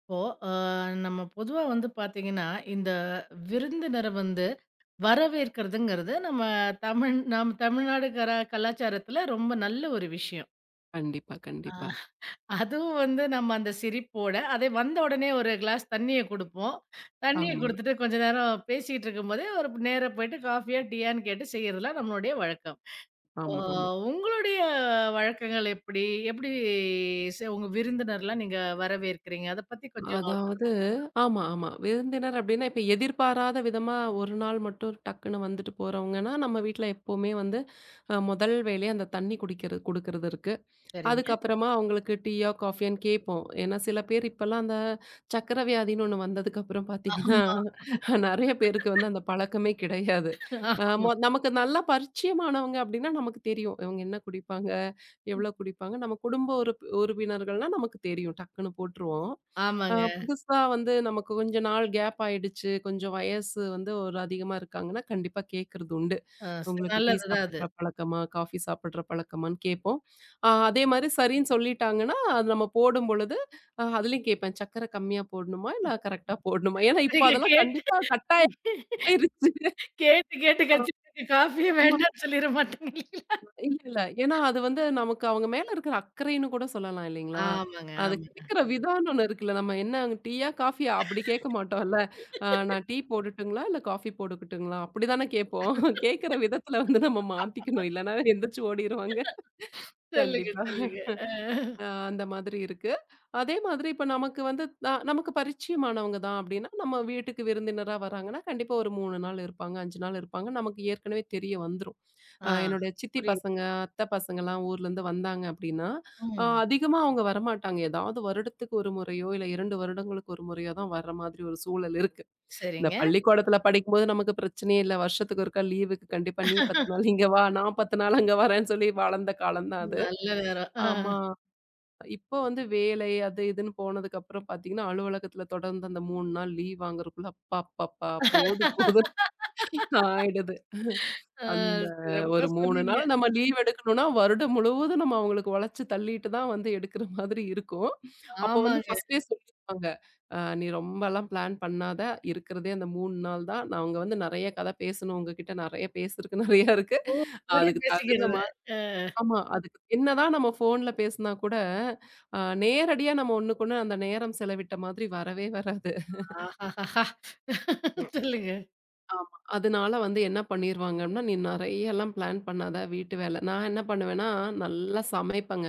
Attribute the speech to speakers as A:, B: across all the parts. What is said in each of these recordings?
A: இப்போ அ, நம்ம பொதுவா வந்து பாத்தீங்கன்னா, இந்த விருந்தினர வந்து வரவேற்கிறதுங்கிறது நம்ம தமிழ் நம் தமிழ்நாடுகர கலாச்சாரத்துல ரொம்ப நல்ல ஒரு விஷயம்.
B: கண்டிப்பா,
A: ஆ.
B: கண்டிப்பா.
A: அதுவும் வந்து நம்ம அந்த சிரிப்போட, அதே வந்த உடனே ஒரு கிளாஸ் தண்ணிய குடுப்போம். தண்ணிய
B: ஆமா,
A: குடுத்துட்டு கொஞ்ச நேரம் பேசிட்டு இருக்கும்போதே, ஒரு நேரா போயிட்டு காஃபியா, டீயான்னு கேட்டு செய்றதுலாம் நம்மளுடைய வழக்கம். அ
B: ஆமா, ஆமா.
A: உங்களுடைய வழக்கங்கள் எப்படி? எப்படி உங்க விருந்தினர்லாம் நீங்க வரவேற்கிறீங்க? அத பத்தி கொஞ்சம்
B: அதாவது ஆமா, ஆமா. விருந்தினர் அப்டின்னா, இப்ப எதிர்பாராத விதமா ஒரு நாள் மட்டும் டக்குன்னு வந்துட்டு போறவங்கன்னா, நம்ம வீட்ல எப்பவுமே வந்து முதல் வேலையா அந்த தண்ணி குடுக்கறது இருக்கு.
A: சரிங்க.
B: அதுக்கப்புறமா அவங்களுக்கு டீயோ, காஃபியான்னு கேட்போம். ஏன்னா சில பேர் இப்பலாம் அந்த சர்க்கரை வியாதின்னு ஒண்ணு வந்ததுக்கப்புறம் பார்த்தீங்கன்னா,
A: ஆமா.
B: நெறைய பேருக்கு வந்து அந்த பழக்கமே கிடையாது. அ மொ நமக்கு நல்லா பரிச்சயமானவங்க அப்டின்னா நமக்கு தெரியும். இவங்க என்ன குடிப்பாங்க? எவ்வளோ குடிப்பாங்க? நம்ம குடும்ப உறுப்பினர்கள்னா நமக்கு தெரியும். டக்குன்னு போட்டுருவோம்.
A: ஆமாங்க.
B: புதுசா வந்து நமக்கு கொஞ்ச நாள் கேப் ஆயிடுச்சு. கொஞ்சம் வயசு வந்து ஒரு அதிகமா இருக்காங்கன்னா, கண்டிப்பா கேட்கறது உண்டு.
A: அ
B: உங்களுக்கு டீ
A: நல்லது தான் அது.
B: சாப்பிடுற பழக்கமா? காஃபி சாப்பிடுற பழக்கமான்னு கேட்போம். அதே மாரி சரின்னு சொல்லிட்டாங்கன்னா, அது நம்ம போடும்பொழுது அதுலயும் கேட்பேன். சர்க்கரை கம்மியா போடணுமா? இல்ல கரெக்ட்டா போடணுமா? ஏன்னா இப்ப
A: நீங்க
B: அதெல்லாம்
A: கேட்டு
B: கண்டிப்பா கட்டாயம் ஆயிருச்சு.
A: கேட்டு கேட்டு கச்சுக்கிட்டு காஃபியே
B: ஆமா.
A: வேண்டான்னு சொல்லிற மாட்டீங்க இல்லைங்களா?
B: இல்ல, இல்ல. ஏன்னா அது வந்து நமக்கு அவங்க மேல இருக்கிற அக்கறைன்னு கூட சொல்லலாம் இல்லைங்களா?
A: ஆமாங்க,
B: அது
A: ஆமா.
B: கேட்கிற விதம்ன்னு ஒண்ணு இருக்குல்ல. நம்ம என்ன டீயா? காஃபியா? அப்படி கேட்க மாட்டோம்ல. நான் டீ போடட்டுங்களா? இல்ல காஃபி போட்டுக்கட்டுங்களா? அப்படிதானே கேட்போம். கேட்கிற விதத்துல வந்து நம்ம மாத்திக்கணும். இல்லன்னா எந்திரிச்சு ஓடிருவாங்க.
A: சொல்லுங்க,
B: கண்டிப்பா.
A: சொல்லுங்க. அ.
B: அந்த மாதிரி இருக்கு. அதே மாதிரி இப்ப நமக்கு வந்து நமக்கு பரிச்சயமானவங்க தான் அப்டின்னா, நம்ம வீட்டுக்கு விருந்தினரா வராங்கன்னா, கண்டிப்பா ஒரு 3 நாள் இருப்பாங்க, 5 நாள் இருப்பாங்க. நமக்கு ஏற்கனவே தெரிய வந்துரும்.
A: ஆ.
B: என்னுடைய சித்தி
A: புரியுது.
B: பசங்க, அத்தை பசங்கலாம் ஊர்லேருந்து வந்தாங்க அப்டின்னா,
A: ம்.
B: அதிகமா அவங்க வரமாட்டாங்க. ஏதாவது வருடத்துக்கு ஒரு முறையோ, இல்ல 2 வருடங்களுக்கு ஒரு முறையோ தான் வர்ற மாதிரி ஒரு சூழல் இருக்கு. இந்த
A: சரிங்க.
B: பள்ளிக்கூடத்தில படிக்கும்போது நமக்கு பிரச்சனையே இல்ல. வருஷத்துக்கு ஒருக்கா லீவுக்கு கண்டிப்பா நீ 10 நாள் இங்க வா, நான் 10 நாள் அங்க வரேன்னு சொல்லி வளர்ந்த காலம் தான் அது.
A: நல்ல நேரம். அ,
B: ஆமா. இப்போ வந்து வேலை அது இதுன்னு போனதுக்கு அப்புறம் பார்த்தீங்கன்னா, அலுவலகத்துல தொடர்ந்து அந்த 3 நாள் லீவ் வாங்குறதுக்குள்ள அப்பப்பப்பா! போதும் போதும்ன்னு ஆயிடுது.
A: அ
B: அந்த
A: சிறப்பா
B: ஒரு 3
A: சொன்னீங்க.
B: நாள் நம்ம லீவ் எடுக்கணும்னா, வருடம் முழுவதும் நம்ம அவங்களுக்கு உழைச்சு தள்ளிட்டு தான் வந்து எடுக்கிற மாதிரி இருக்கும். அப்போ வந்து
A: ஆமாங்க.
B: ஃபர்ஸ்ட்டே சொல்லிருவாங்க. நீ ரொம்பலாம் பிளான் பண்ணாத. இருக்கிறதே அந்த 3 நாள் தான். நாங்க வந்து நெறைய கதை பேசணும் உங்ககிட்ட. நெறைய பேசுறதுக்கு நெறைய இருக்கு.
A: ஓ! முன்னாடியே
B: அதுக்கு தகுந்த
A: பேசிக்கிறது. அ.
B: ஆமா. அதுக்கு என்னதான் நம்ம ஃபோன்ல பேசினா கூட, நேரடியா நம்ம ஒண்ணுக்கொண்ணு அந்த நேரம் செலவிட்ட மாதிரி வரவே வராது.
A: ஆஹாஹாஹா!
B: ம்.
A: சொல்லுங்க.
B: ஆமா. அதனால வந்து என்ன பண்ணிருவாங்கன்னா, "நீ நெறையலாம் பிளான் பண்ணாத வீட்டு வேல." நான் என்ன பண்ணுவேன்னா, நல்லா சமைப்பேங்க.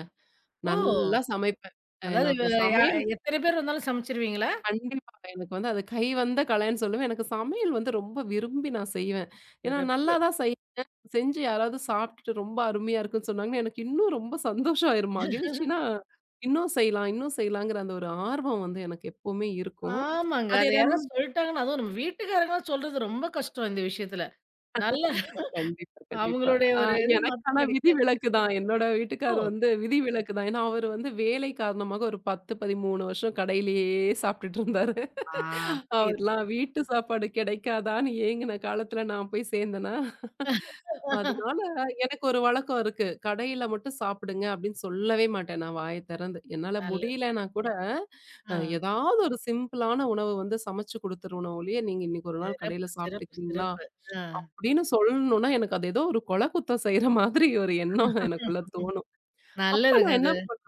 A: ஓ!
B: நல்லா சமைப்பேன்.
A: அதாவது இவ
B: எனக்கு
A: யா
B: சமை
A: எத்தன பேர் வந்தாலும் சமைச்சிருவீங்களா?
B: கண்டிப்பா. எனக்கு வந்து அது கை வந்த கலைன்னு சொல்லுவேன். எனக்கு சமையல் வந்து ரொம்ப விரும்பி நான் செய்வேன். ஏன்னா நல்லா
A: சிறப்பு.
B: தான் செய்வேன். செஞ்சு யாராவது சாப்பிட்டுட்டு ரொம்ப அருமையா இருக்குன்னு சொன்னாங்கன்னா, எனக்கு இன்னும் ரொம்ப சந்தோஷம் ஆயிரும். மகிழ்ச்சினா, இன்னும் செய்யலாம், இன்னும் செய்யலாங்கிற அந்த ஒரு ஆர்வம் வந்து எனக்கு எப்பவுமே இருக்கும்.
A: ஆமாங்க.
B: அது
A: அத
B: எல்லாமே
A: யாராவது சொல்ட்டாங்கன்னா, அதுவும் நம்ம வீட்டுக்காரங்கலாம் சொல்றது ரொம்ப கஷ்டம் இந்த விஷயத்துல. நல்ல
B: கண்டிப்பா, கண்டிப்பா.
A: அவங்களுடைய
B: அ
A: ஒரு இது
B: எனக்கு
A: மாத்தம்
B: ஆனா
A: கிடைக்காது.
B: விதிவிலக்கு தான். என்னோட வீட்டுக்காரர்
A: ஓ!
B: வந்து விதிவிலக்கு தான். ஏன்னா, அவரு வந்து வேலை காரணமாக ஒரு 10, 13 வருஷம் கடையிலேயே சாப்பிட்டுட்டு இருந்தாரு.
A: ஆ, புரியுது.
B: அவர்லாம் வீட்டு சாப்பாடு கிடைக்காதான்னு ஏங்குன காலத்துல நான் போய் சேர்ந்தேனா, அதனால எனக்கு ஒரு வழக்கம் இருக்கு. கடையில மட்டும் சாப்பிடுங்க அப்படின்னு சொல்லவே மாட்டேன் நான் வாய திறந்து. என்னால
A: நல்லது.
B: முடியலன்னா கூட
A: ஆ.
B: ஏதாவது ஒரு சிம்பிளான உணவு வந்து சமைச்சு குடுத்துருவேனே ஒழிய, "நீங்க இன்னைக்கு ஒரு நாள் கடையில
A: சிறப்பு, சிறப்பு,
B: சாப்பிட்டுக்கிறீங்களா?"
A: சிறப்பு. ஆ.
B: அப்படின்னு சொல்லணும்னா, எனக்கு அது ஏதோ ஒரு கொலை குத்தம் செய்ற மாதிரி ஒரு எண்ணம் எனக்குள்ள
A: ம்.
B: தோணும். அப்ப
A: நல்லதுங்க
B: நான் என்ன
A: அது.
B: பண்ணுவேன்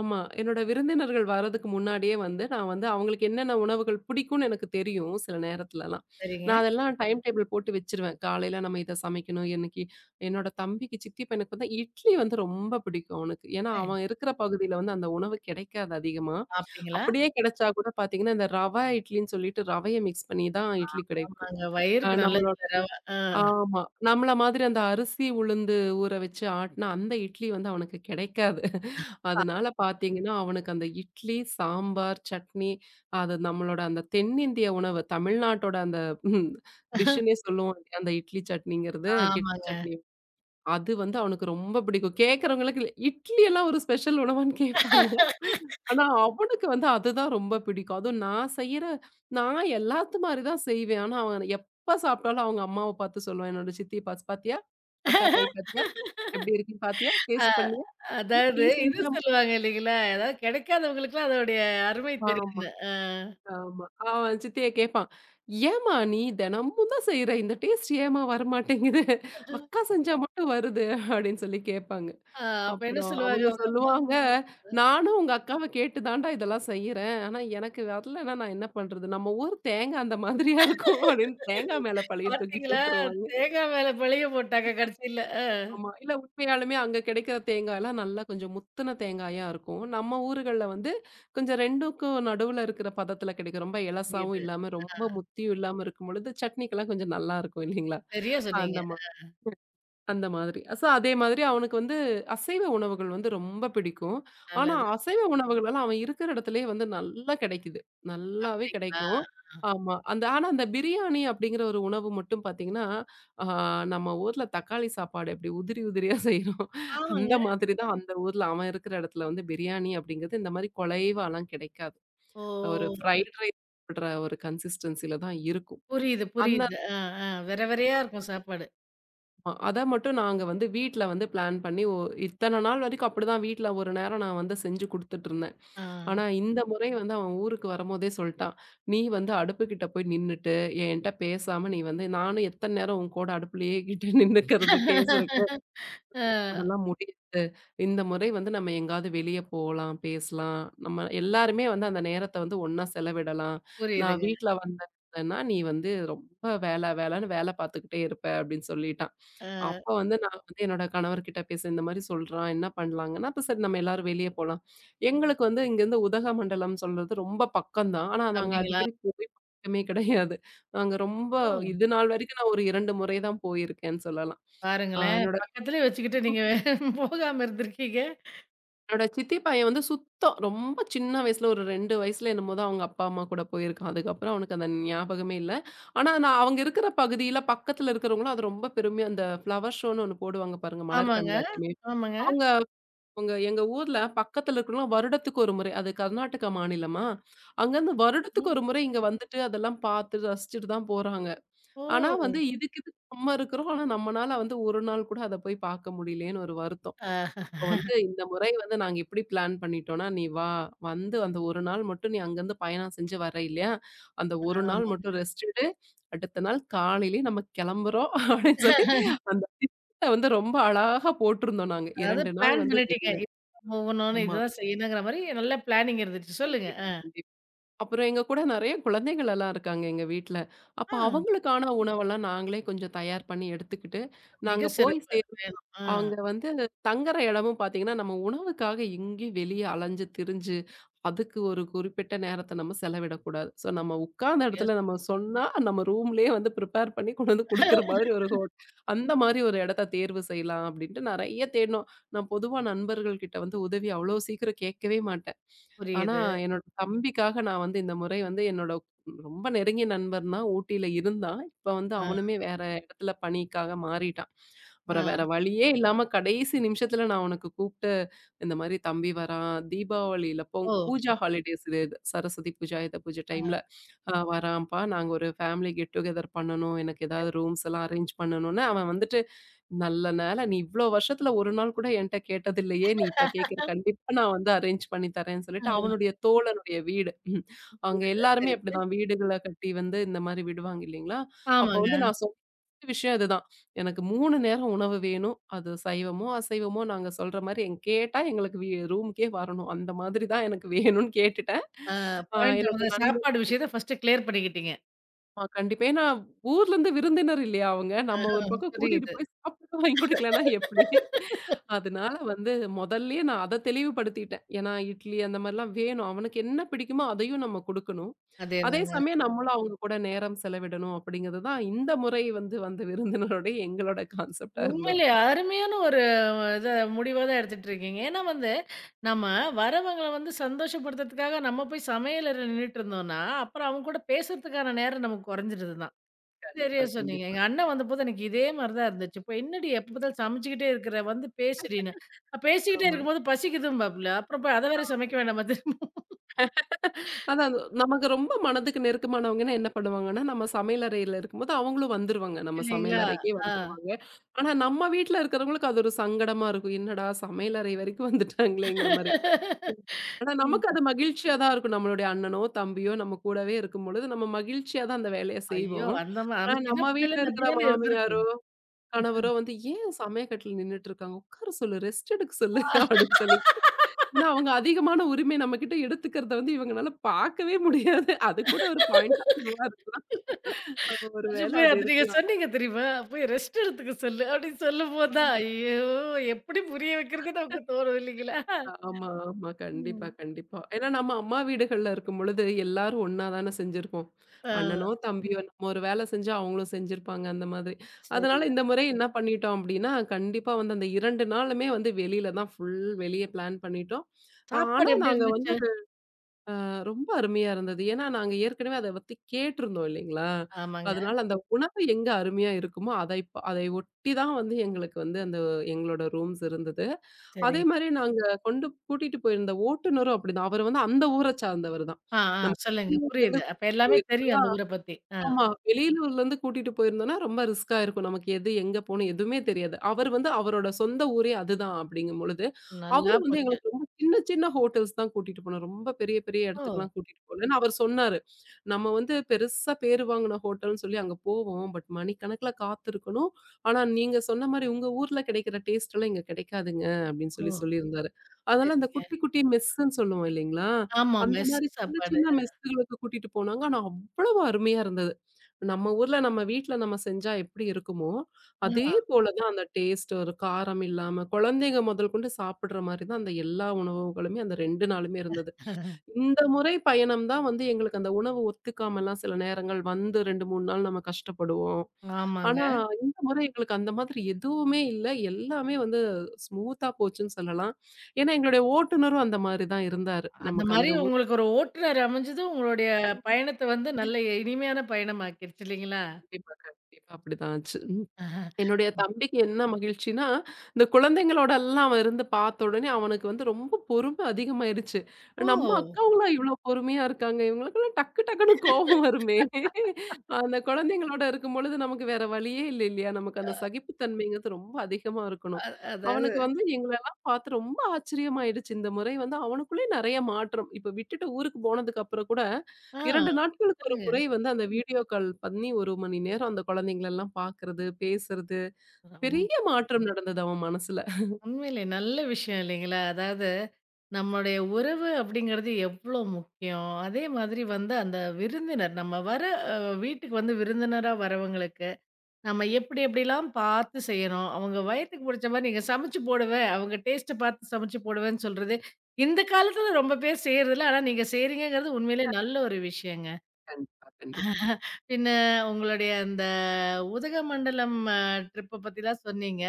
B: ஆமா. என்னோட விருந்தினர்கள் வர்றதுக்கு முன்னாடியே வந்து, நான் வந்து அவங்களுக்கு என்னென்ன உணவுகள் பிடிக்கும்னு எனக்கு தெரியும் சில நேரத்துலலாம்.
A: சரிங்க.
B: நான் அதெல்லாம் டைம் டேபிள் போட்டு வச்சுருவேன். காலையில நம்ம இத சமைக்கணும். இன்னைக்கு என்னோட தம்பிக்கு, சித்தி பையனுக்கு வந்து இட்லி வந்து ரொம்ப பிடிக்கும் அவனுக்கு. ஏன்னா,
A: ஏ
B: அவன் இருக்கிற பகுதியில வந்து அந்த உணவு கிடைக்காது அதிகமா.
A: சாப்பிட்டீங்களா?
B: அப்படியே கிடைச்சா கூட பார்த்தீங்கன்னா, இந்த ரவா இட்லின்னு சொல்லிட்டு ரவைய மிக்ஸ் பண்ணி தான் இட்லி கிடைக்கும்.
A: ஆமாங்க.
B: அ
A: வயிறுக்கு
B: நம்மளோட
A: நல்லதுல்ல ரவ. ஆ.
B: ஆமா. நம்மள மாதிரி அந்த அரிசி, உளுந்து ஊற வச்சு ஆட்டுன அந்த இட்லி வந்து அவனுக்கு கிடைக்காது. அதனால பார்த்தீங்கன்னா, அவனுக்கு அந்த இட்லி, சாம்பார், சட்னி அது நம்மளோட அந்த தென்னிந்திய உணவு, தமிழ்நாட்டோட அந்த டிஷ்ஷுன்னே சொல்லுவோம் இல்லையா? அந்த இட்லி சட்னிங்கிறது, கெட்டி
A: ஆமாங்க.
B: சட்னி. அது வந்து அவனுக்கு ரொம்ப பிடிக்கும். கேட்கிறவங்களுக்கு இட்லி எல்லாம் ஒரு ஸ்பெஷல் உணவான்னு கேட்பாங்க. ஆனா அவனுக்கு வந்து அதுதான் ரொம்ப பிடிக்கும். அதுவும் நான் செய்யற நான் எல்லாத்து மாரி தான் செய்வேன். ஆனா அவன் எப்ப சாப்பிட்டாலும் அவங்க அம்மாவ பார்த்து சொல்லுவான். என்னோட சித்தி பாஸ் "பாத்தியா? அக்கா கை பாத்தியா? எப்படி இருக்குன்னு பாத்தியா?
A: அ
B: டேஸ்ட் பண்ணியா? ஏன்
A: அதாவது
B: நீ
A: இது
B: செஞ்ச"
A: சொல்லுவாங்க இல்லைங்களா? ஏதாவது கிடைக்காதவங்களுக்குலாம் அதோடைய அருமை
B: ஆமா.
A: தெரியும்னு. ஆ.
B: ஆமா. அவன் சித்திய கேட்பான். "ஏம்மா நீ தினமும் தான் செய்ற. இந்த டேஸ்ட் ஏம்மா வரமாட்டேங்குது? அக்கா செஞ்சா மட்டும் வருது." அப்படின்னு சொல்லி கேட்பாங்க.
A: ஆ அப்ப என்ன
B: அப்புறம்
A: சொல்லுவாங்க?
B: அவங்க சொல்லுவாங்க, "நானும் உங்க அக்காவ கேட்டு தான்டா இதெல்லாம் செய்றேன். ஆனா எனக்கு வரலன்னா நான் என்ன பண்றது? நம்ம ஊர் தேங்காய் அந்த மாதிரியா இருக்கும்." அப்படின்னு தேங்காய் மேல பழிய தூக்கி
A: பார்த்தீங்களா?
B: போட்டுருவாங்க.
A: தேங்காய் மேல பழிய போட்டாங்க கடைசில. அ.
B: ஆமா. இல்ல உண்மையாலுமே அங்க கிடைக்கிற தேங்காய்லாம் நல்லா கொஞ்சம் முத்துன தேங்காயா இருக்கும். நம்ம ஊர்கள்ல வந்து கொஞ்சம் 2க்கும் நடுவுல இருக்கிற பதத்துல கிடைக்கும். ரொம்ப எலசாவும்
A: புரியுது.
B: இல்லாம, ரொம்ப முத்தியும் இல்லாம இருக்கும் பொழுது, சட்னிக்கெல்லாம் கொஞ்சம் நல்லா இருக்கும் இல்லீங்களா?
A: சரியா சொன்னீங்க.
B: அந்த அந்த மாதிரி. சோ அதே மாதிரி அவனுக்கு வந்து அசைவ உணவுகள் வந்து ரொம்ப பிடிக்கும். ஆனா
A: நல்லது.
B: அசைவ உணவுகள் எல்லாம் அவன் இருக்கிற இடத்துலயே வந்து நல்லா கிடைக்குது. நல்லாவே
A: அப்படிங்களா?
B: கிடைக்கும். ஆமா. அந்த ஆனா அந்த பிரியாணி அப்படிங்கிற ஒரு உணவு மட்டும் பார்த்தீங்கன்னா, ஆ நம்ம ஊர்ல தக்காளி சாப்பாடு எப்படி உதிரி உதிரியா செய்றோம்.
A: ஆமாங்க.
B: அந்த மாதிரி தான் அந்த ஊர்ல அவன் இருக்கிற இடத்துல வந்து பிரியாணி அப்படிங்கிறது இந்த மாரி குலைவாலாம் கிடைக்காது.
A: ஓ!
B: ஒரு ஃப்ரைட் ரைஸ் சாப்பிடுற ஒரு கன்சிஸ்டன்சில தான் இருக்கும்.
A: புரியுது,
B: அந்த
A: புரியுது. ஆ, ஆ. வெற வெறையா இருக்கும் சாப்பாடு.
B: அ அத மட்டும் நாங்க வந்து வீட்ல வந்து பிளான் பண்ணி ஒ இத்தன நாள் வரைக்கும் அப்படிதான் வீட்ல ஒரு நேரம் நான் வந்து செஞ்சு குடுத்துட்டுருந்தேன்.
A: ஆ.
B: ஆனா இந்த முறை வந்து அவன் ஊருக்கு வரும்போதே சொல்ட்டான். "நீ வந்து அடுப்புகிட்ட போய் நின்னுட்டு, என்ட்ட பேசாம நீ வந்து நானும் எத்தன நேரம் உன் கூட அடுப்புலயே கிட்ட நின்னுக்கிறது, பேசுறது."
A: ஆ.
B: அதெல்லாம் முடியாது. இந்த முறை வந்து நம்ம எங்கேயாவது வெளிய போலாம், பேசலாம். நம்ம எல்லாருமே வந்து அந்த நேரத்த வந்து ஒண்ணா செலவிடலாம். நான்
A: புரியுதுங்க.
B: வீட்ல வந்தேன்னா, "நீ வந்து ரொம்ப வேலன்னு வேல பார்த்துக்கிட்டே இருப்ப" அப்படின்னு சொல்லிட்டான்.
A: அ
B: அப்ப வந்து நான் வந்து என்னோட கணவர்கிட்ட பேசுனேன். இந்த மாரி சொல்றான், என்ன பண்ணலாங்கன்னா, அப்ப சரி நம்ம எல்லாரும் வெளிய போலாம். எங்களுக்கு வந்து இங்கேருந்து உதகமண்டலம் சொல்றது ரொம்ப பக்கம் தான். ஆனா நாங்க
A: அப்படிங்களா?
B: அடிக்கடி போய் பழக்கமே கிடையாது. நாங்க ரொம்ப
A: ஓ!
B: இது நாள் வரைக்கும் நான் ஒரு 2 முறை தான் போயிருக்கேன்னு சொல்லலாம்.
A: பாருங்களேன்.
B: என்னோட
A: பக்கத்துலயே வச்சுக்கிட்டு நீங்க போகாம இருந்திருக்கீங்க.
B: என்னோட சித்தி பையன் வந்து சுத்தம் ரொம்ப சின்ன வயசுல ஒரு 2 வயசுல என்னமோ தான் அவங்க அப்பா, அம்மா கூட போயிருக்கான். அதுக்கப்புறம் அவனுக்கு அந்த ஞாபகமே இல்ல. ஆனா நான் அவங்க இருக்கிற பகுதியில பக்கத்துல இருக்கிறவங்களும் அது ரொம்ப பெருமையா அந்த ஃப்ளவர் ஷோன்னு ஒண்ணு போடுவாங்க பாருங்க, மலர்
A: ஆமாங்க,
B: கண்காட்சின்னு.
A: ஆமாங்க.
B: அவங்க அவங்க எங்க ஊர்ல பக்கத்துல இருக்கிறவங்க வருடத்துக்கு ஒரு முறை அது கர்நாடகா மாநிலமா, அங்கருந்து வருடத்துக்கு
A: ம்.
B: ஒரு முறை இங்க வந்துட்டு அதெல்லாம் பார்த்து ரசிச்சுட்டு தான் போறாங்க. ஆனா வந்து
A: ஓ!
B: இதுக்கு இது நம்ம இருக்கிறோம். ஆனா நம்மனால வந்து ஒரு நாள் கூட அத போய் பார்க்க முடியலையேன்னு ஒரு வருத்தம். அப்போ வந்து இந்த முறை வந்து நாங்க எப்படி பிளான் பண்ணிட்டோம்னா, "நீ வா! வந்து அந்த 1 நாள் மட்டும் நீ அங்கருந்து பயணம் செஞ்சு வர இல்லையா? அந்த 1 நாள்
A: ஆமாங்க.
B: மட்டும் ரெஸ்ட் எடு. அடுத்த நாள் காலையிலயே நம்ம கிளம்புறோம்." அப்படின்னு சொல்லி அந்த திட்டத்த வந்து ரொம்ப அழகா போட்டிருந்தோம் நாங்க.
A: அதாவது
B: 2 நாள்
A: பிளான்
B: வந்து
A: பண்ணிட்டீங்க.
B: வெளியில
A: இப்படிதான் போகணும்னு,
B: ஆமா.
A: இதுதான் செய்யணுங்கிற மாரி நல்ல பிளானிங் இருந்துச்சு. சொல்லுங்க.
B: கண்டிப்பா,
A: அ.
B: கண்டிப்பா. அப்புறம் எங்க கூட நெறைய குழந்தைகள் எல்லாம் இருக்காங்க எங்க வீட்ல. அப்ப
A: ஆ
B: அவங்களுக்கான உணவெல்லாம் நாங்களே கொஞ்சம் தயார் பண்ணி எடுத்துக்கிட்டு,
A: மிக
B: நாங்க போய்
A: சிறப்பு.
B: சேர
A: வேணும். ஆ.
B: அங்க வந்து தங்குற இடமும் பார்த்தீங்கன்னா, நம்ம உணவுக்காக எங்கேயும் வெளிய அலைஞ்சு திரிஞ்சு அதுக்கு ஒரு குறிப்பிட்ட நேரத்த நம்ம செலவிடக்கூடாது. ஸோ நம்ம உட்கார்ந்த
A: எஸ்.
B: இடத்துல நம்ம சொன்னா, நம்ம ரூம்லயே வந்து பிரிப்பேர் பண்ணி கொண்டு வந்து குடுக்குற மாதிரி ஒரு ஹோட் அந்த மாரி ஒரு இடத்த தேர்வு செய்யலாம் அப்டின்ட்டு நெறைய தேடினோம். நான் பொதுவா நண்பர்கள் கிட்ட வந்து உதவி அவ்ளோ சீக்கிரம் கேட்கவே மாட்டேன். ஆனா
A: புரியுது.
B: என்னோட தம்பிக்காக நான் வந்து இந்த முறை வந்து என்னோட ரொம்ப நெருங்கிய நண்பன் தான் ஊட்டியில இருந்தான். இப்ப வந்து
A: ஆ.
B: அவனுமே வேற இடத்துல பணிக்காக மாறிட்டான்.
A: ஆ.
B: அப்புறம் வேற வழியே இல்லாம கடைசி நிமிஷத்துல நான் அவனுக்கு கூப்ட்டு இந்த மாரி தம்பி வரான், தீபாவளியில பொங்
A: ஓ!
B: பூஜா ஹாலிடேஸ் இது இது. சரஸ்வதி பூஜா, யுத பூஜை டைம்ல,
A: ஆ.
B: வரான்ப்பா, நாங்க ஒரு ஃபேமிலி கெட் டுகெதர் பண்ணணும். எனக்கு ஏதாவது ரூம்ஸ் எல்லாம் அரேஞ்ச் பண்ணணும்னு" அவன் வந்துட்டு நல்ல நேரம். நீ இவ்ளோ வருஷத்துல ஒரு நாள் கூட என்ட்ட கேட்டதில்லையே! நீ இப்ப கேட்குற. கண்டிப்பா நான் வந்து அரேஞ்ச் பண்ணி தரேன்னு சொல்லிட்டு,
A: ஆ.
B: அவனுடைய தோழனுடைய வீடு. ம். அங்க
A: புரியுது.
B: எல்லாருமே
A: சரிங்க.
B: இப்படிதான் வீடுகள கட்டி வந்து இந்த மாரி விடுவாங்க இல்லைங்களா? அப்போ
A: ஆமாங்க.
B: வந்து நான் சொன்ன விஷயம் இதுதான். எனக்கு 3 நேரம் உணவு வேணும். அது சைவமோ, அசைவமோ நாங்க சொல்ற மாரி எங் கேட்டா எங்களுக்கு வீ ரூமுக்கே வரணும். அந்த மாதிரி தான் எனக்கு வேணும்னு கேட்டுட்டேன். அ
A: பாயிண்ட்
B: என்னோட
A: அவ்வளதான்.
B: நண்பர்
A: சாப்பாடு விஷயத்த ஃபர்ஸ்ட்டு கிளியர் பண்ணிக்கிட்டீங்க.
B: ஆமா, கண்டிப்பா. ஏன்னா ஊர்லருந்து விருந்தினர் இல்லையா அவங்க.
A: ஆ,
B: நம்ம ஒரு பக்கம் கூட்டிட்டு
A: புரியுது.
B: போய் சாப்பிட்டு வாங்கி குடுக்கலன்னா எப்படி? அதனால வந்து முதல்லயே நான் அத தெளிவுபடுத்திட்டேன். ஏன்னா இட்லி அந்த மாரிலாம் வேணும். அவனுக்கு என்ன பிடிக்குமோ அதையும் நம்ம குடுக்கணும். அதே
A: அதேதாங்க.
B: சமயம் நம்மளும் அவங்க கூட நேரம் செலவிடணும் அப்படிங்கிறது தான் இந்த முறை வந்து வந்த விருந்தினருடைய எங்களோட கான்செப்ட்டா இருந்தது.
A: உண்மையிலே அருமையான ஒரு இத முடிவா தான் எடுத்துட்டு இருக்கீங்க. ஏன்னா வந்து, நம்ம வரவங்கள வந்து சந்தோஷப்படுத்துறதுக்காக நம்ம போய் சமையலறையில நின்னுட்டு இருந்தோம்னா, அப்புறம் அவங்க கூட பேசுறதுக்கான நேரம் நமக்கு குறைஞ்சிடுது தான். சரியா
B: கண்டிப்பா,
A: சொன்னீங்க.
B: கண்டிப்பா.
A: எங்க அண்ணன் வந்தபோது எனக்கு இதே மாரி தான் இருந்துச்சு. "இப்போ என்னடி எப்ப பார்த்தாலும் சமைச்சுக்கிட்டே இருக்கிற வந்து பேசுடின்னு." பேசிக்கிட்டே
B: ஆமா.
A: இருக்கும்போது பசிக்குதும்பாப்புல. அப்புறம் போய் அத வேற சமைக்க வேண்டாமா திரும்ப
B: அதான் அது நமக்கு ரொம்ப மனதுக்கு நெருக்கமானவங்கன்னா என்ன பண்ணுவாங்கன்னா, நம்ம சமையல் அறையில இருக்கும்போது அவங்களும் வந்துருவாங்க. நம்ம
A: இல்லைங்களா?
B: சமையல் அறைக்கே
A: ஆ.
B: வந்துருவாங்க. ஆனா நம்ம வீட்ல இருக்கிறவங்களுக்கு அது ஒரு சங்கடமா இருக்கும். என்னடா சமையல் அறை வரைக்கும் வந்துட்டாங்களேங்கிற மாரி. ஆனா நமக்கு அது
A: ம்.
B: மகிழ்ச்சியா தான் இருக்கும். நம்மளுடைய அண்ணனோ, தம்பியோ நம்ம கூடவே இருக்கும்பொழுது நம்ம மகிழ்ச்சியா தான் அந்த வேலைய
A: ஐயோ!
B: செய்வோம்.
A: அந்த
B: ஆனா
A: நம்ம சின்ன
B: நம்ம
A: பிள்ளையில
B: வீட்ல
A: இருந்து அப்படி
B: இருக்கிற
A: தானே
B: மாமியாரோ,
A: இருந்திருக்கும்.
B: கணவரோ வந்து ஏன் சமையக்கட்டுல நின்னுட்டு இருக்காங்க? உட்கார சொல்லு, ரெஸ்ட் எடுக்க சொல்லு அப்படின்னு சொல்லி ஏன்னா, அவங்க அதிகமான உரிமை நம்மகிட்ட எடுத்துக்கிறத வந்து இவங்கனால பார்க்கவே முடியாது. அது கூட ஒரு பாயிண்ட்டா இதுவா இருக்கலாம். ஒரு
A: கொஞ்சம்
B: வேளை
A: போய்
B: அது
A: அது நீங்க
B: இருக்கலாம்.
A: சொன்னீங்க தெரியுமா? "போய் ரெஸ்ட் எடுத்துக்க சொல்லு" அப்படின்னு சொல்லும்போது தான்,
B: ஆமா.
A: ஐயோ! எப்படி புரிய வைக்கிறதுன்னு நமக்கு தோணும் இல்லைங்களா?
B: ஆமா, ஆமா. கண்டிப்பா,
A: ம்.
B: கண்டிப்பா. ஏன்னா நம்ம அம்மா வீடுகள்ல இருக்கும்பொழுது எல்லாரும் ஒண்ணா தானே செஞ்சிருப்போம்.
A: ஆ
B: அண்ணனோ, தம்பியோ நம்ம ஒரு வேலை செஞ்சா அவங்களும் செஞ்சிருப்பாங்க அந்த மாதிரி. அதனால
A: சரிதான்.
B: இந்த முறை என்ன பண்ணிட்டோம் அப்டின்னா, கண்டிப்பா வந்து அந்த 2 நாளுமே வந்து வெளியில தான் ஃபுல் வெளிய பிளான் பண்ணிட்டோம். ஆனா
A: சாப்பாடு எப்படி
B: நாங்க வந்து
A: இருந்துச்சு?
B: ஆ ரொம்ப அருமையா இருந்தது. ஏன்னா, நாங்க ஏற்கனவே அத பத்தி கேட்டிருந்தோம் இல்லைங்களா?
A: ஆமாங்க.
B: அதனால அந்த உணவு எங்க அருமையா இருக்குமோ, அதை இப்ப அதை ஒட்டி தான் வந்து எங்களுக்கு வந்து அந்த எங்களோட ரூம்ஸ் இருந்தது. அதே
A: சரிங்க.
B: மாரி நாங்க கொண்டு கூட்டிட்டு போயிருந்த ஓட்டுநரும் அப்படிதான். அவரு வந்து அந்த ஊர சார்ந்தவர் தான்.
A: ஆ, ஆ
B: நம்ம
A: சொல்லுங்க.
B: வெளியூர்ல இருந்து
A: புரியுது. அப்ப
B: கூட்டிட்டு
A: எல்லாமே தெரியும் அந்த
B: போயிருந்தோம்.
A: ஊர பத்தி. ஆ.
B: ஆமா. வெளியூர்லருந்து கூட்டிட்டு போயிருந்தோம்னா, ரொம்ப ரிஸ்க்கா இருக்கும். நமக்கு எது, எங்க போணும் எதுவுமே தெரியாது. அவர் வந்து அவரோட சொந்த ஊரே அதுதான் அப்படிங்கும்பொழுது,
A: நல்லா
B: அவரு வந்து
A: போச்சு.
B: எங்களுக்கு ரொம்ப சின்ன சின்ன ஹோட்டல்ஸ் தான் கூட்டிட்டு போனாரு. ரொம்ப பெரிய பெரிய
A: ஓ!
B: இடத்துக்குலாம் கூட்டிட்டு போலன்னு அவர் சொன்னாரு. நம்ம வந்து பெருசா பேரு வாங்குன ஹோட்டல்னு சொல்லி அங்க போவோம். பட் மணிக்கணக்கில காத்திருக்கணும். ஆனா நீங்க சொன்ன மாரி உங்க ஊர்ல கிடைக்கிற டேஸ்ட்லாம் இங்க கிடைக்காதுங்க அப்படின்னு
A: ஓ!
B: சொல்லி சொல்லியிருந்தாரு. அதனால அந்த
A: சரிங்க.
B: குட்டி குட்டி மெஸ்ன்னு சொல்லுவோம் இல்லைங்களா?
A: ஆமா.
B: அந்த
A: மெஸ்
B: மாரி சின்ன
A: சாப்பாடு.
B: சின்ன மெஸ்ஸுகளுக்கு கூட்டிட்டு போனாங்க. ஆனா அவ்வளவு அருமையா இருந்தது. நம்ம ஊர்ல நம்ம வீட்ல நம்ம செஞ்சா எப்படி இருக்குமோ, அதே
A: ஆ.
B: போல ம். தான் அந்த டேஸ்ட் ஒரு காரம் இல்லாம, குழந்தைங்க முதல் கொண்டு சாப்பிடுற மாரி தான் அந்த எல்லா உணவுகளுமே அந்த 2 நாளுமே இருந்தது. இந்த முறை பயணம் தான் வந்து எங்களுக்கு அந்த உணவு ஒத்துக்காமலாம் சில நேரங்கள் வந்து 2, 3 நாள் நம்ம கஷ்டப்படுவோம்.
A: ஆமாங்க.
B: ஆனா, இந்த முறை எங்களுக்கு அந்த மாதிரி எதுவுமே இல்ல. எல்லாமே வந்து ஸ்மூத்தா போச்சுன்னு சொல்லலாம். ஏன்னா, எங்களுடைய ஓட்டுநரும் அந்த மாரி தான் இருந்தாரு.
A: அந்த
B: நமக்கு
A: மாரி
B: அந்த ஊர்
A: உங்களுக்கு ஒரு ஓட்டுநர் அமைஞ்சது உங்களுடைய பயணத்த வந்து நல்ல இனிமையான பயணமாக்கிருச்சு இல்லைங்களா?
B: கண்டிப்பா, கண்டிப்பா அப்படிதான் ஆச்சு.
A: ஆஹா.
B: என்னுடைய தம்பிக்கு என்ன மகிழ்ச்சின்னா, இந்த குழந்தைங்களோடலாம் அவன் இருந்து பார்த்த உடனே அவனுக்கு வந்து ரொம்ப பொறுமை அதிகமாயிருச்சு. நம்ம
A: ஓ!
B: அக்காவங்களா இவ்ளோ பொறுமையா இருக்காங்க. இவங்களுக்கெல்லாம் டக்கு டக்குன்னு கோபம் வருமே! அந்த குழந்தைங்களோட இருக்கும்பொழுது நமக்கு வேற வழியே இல்ல இல்லையா? நமக்கு அந்த சகிப்புத்தன்மைங்கிறது ரொம்ப அதிகமா இருக்கணும்.
A: அ
B: அவனுக்கு
A: அதாவது
B: வந்து எங்களெல்லாம் பார்த்து ரொம்ப ஆச்சரியமாயிடுச்சு. இந்த முறை வந்து அவனுக்குள்ளேயே நெறைய மாற்றம். இப்ப விட்டுட்டு ஊருக்கு போனதுக்கு அப்புறம் கூட
A: ஆ.
B: 2 நாட்களுக்கு ஒரு
A: சொல்லுங்க.
B: முறை வந்து அந்த வீடியோ கால் பண்ணி 1 மணி நேரம் அந்த குழந்தைங்களெல்லாம் பார்க்கறது, பேசுறது.
A: ம்.
B: பெரிய மாற்றம் நடந்தது அவன் மனசுல.
A: உண்மையிலே நல்ல விஷயம் இல்லைங்களா? அதாவது நம்மளுடைய உறவு அப்படிங்கிறது எவ்வளோ முக்கியம். அதே மாதிரி வந்து அந்த விருந்தினர் நம்ம வர அ வீட்டுக்கு வந்து விருந்தினரா வரவங்களுக்கு, நம்ம எப்படி எப்படிலாம் பார்த்து செய்யணும். அவங்க வயத்துக்கு புடிச்ச மாரி நீங்க சமைச்சு போடுவேன், அவங்க டேஸ்ட்ட பார்த்து சமைச்சு போடுவேன்னு சொல்றது, இந்த காலத்துல ரொம்ப பேர் செய்றதில்ல. ஆனா நீங்க செய்றீங்கங்கிறது உண்மையிலே நல்ல ஒரு விஷயங்க.
B: கண்டிப்பா, கண்டிப்பா.
A: பின்ன உங்களுடைய அந்த உதகமண்டலம் ட்ரிப்ப பத்திலாம் சொன்னீங்க.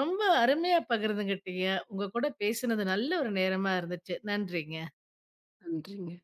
A: ரொம்ப அருமையா பகிர்ந்துகிட்டீங்க. உங்க கூட பேசினது நல்ல ஒரு நேரமா இருந்துச்சு. நன்றிங்க.
B: நன்றிங்க.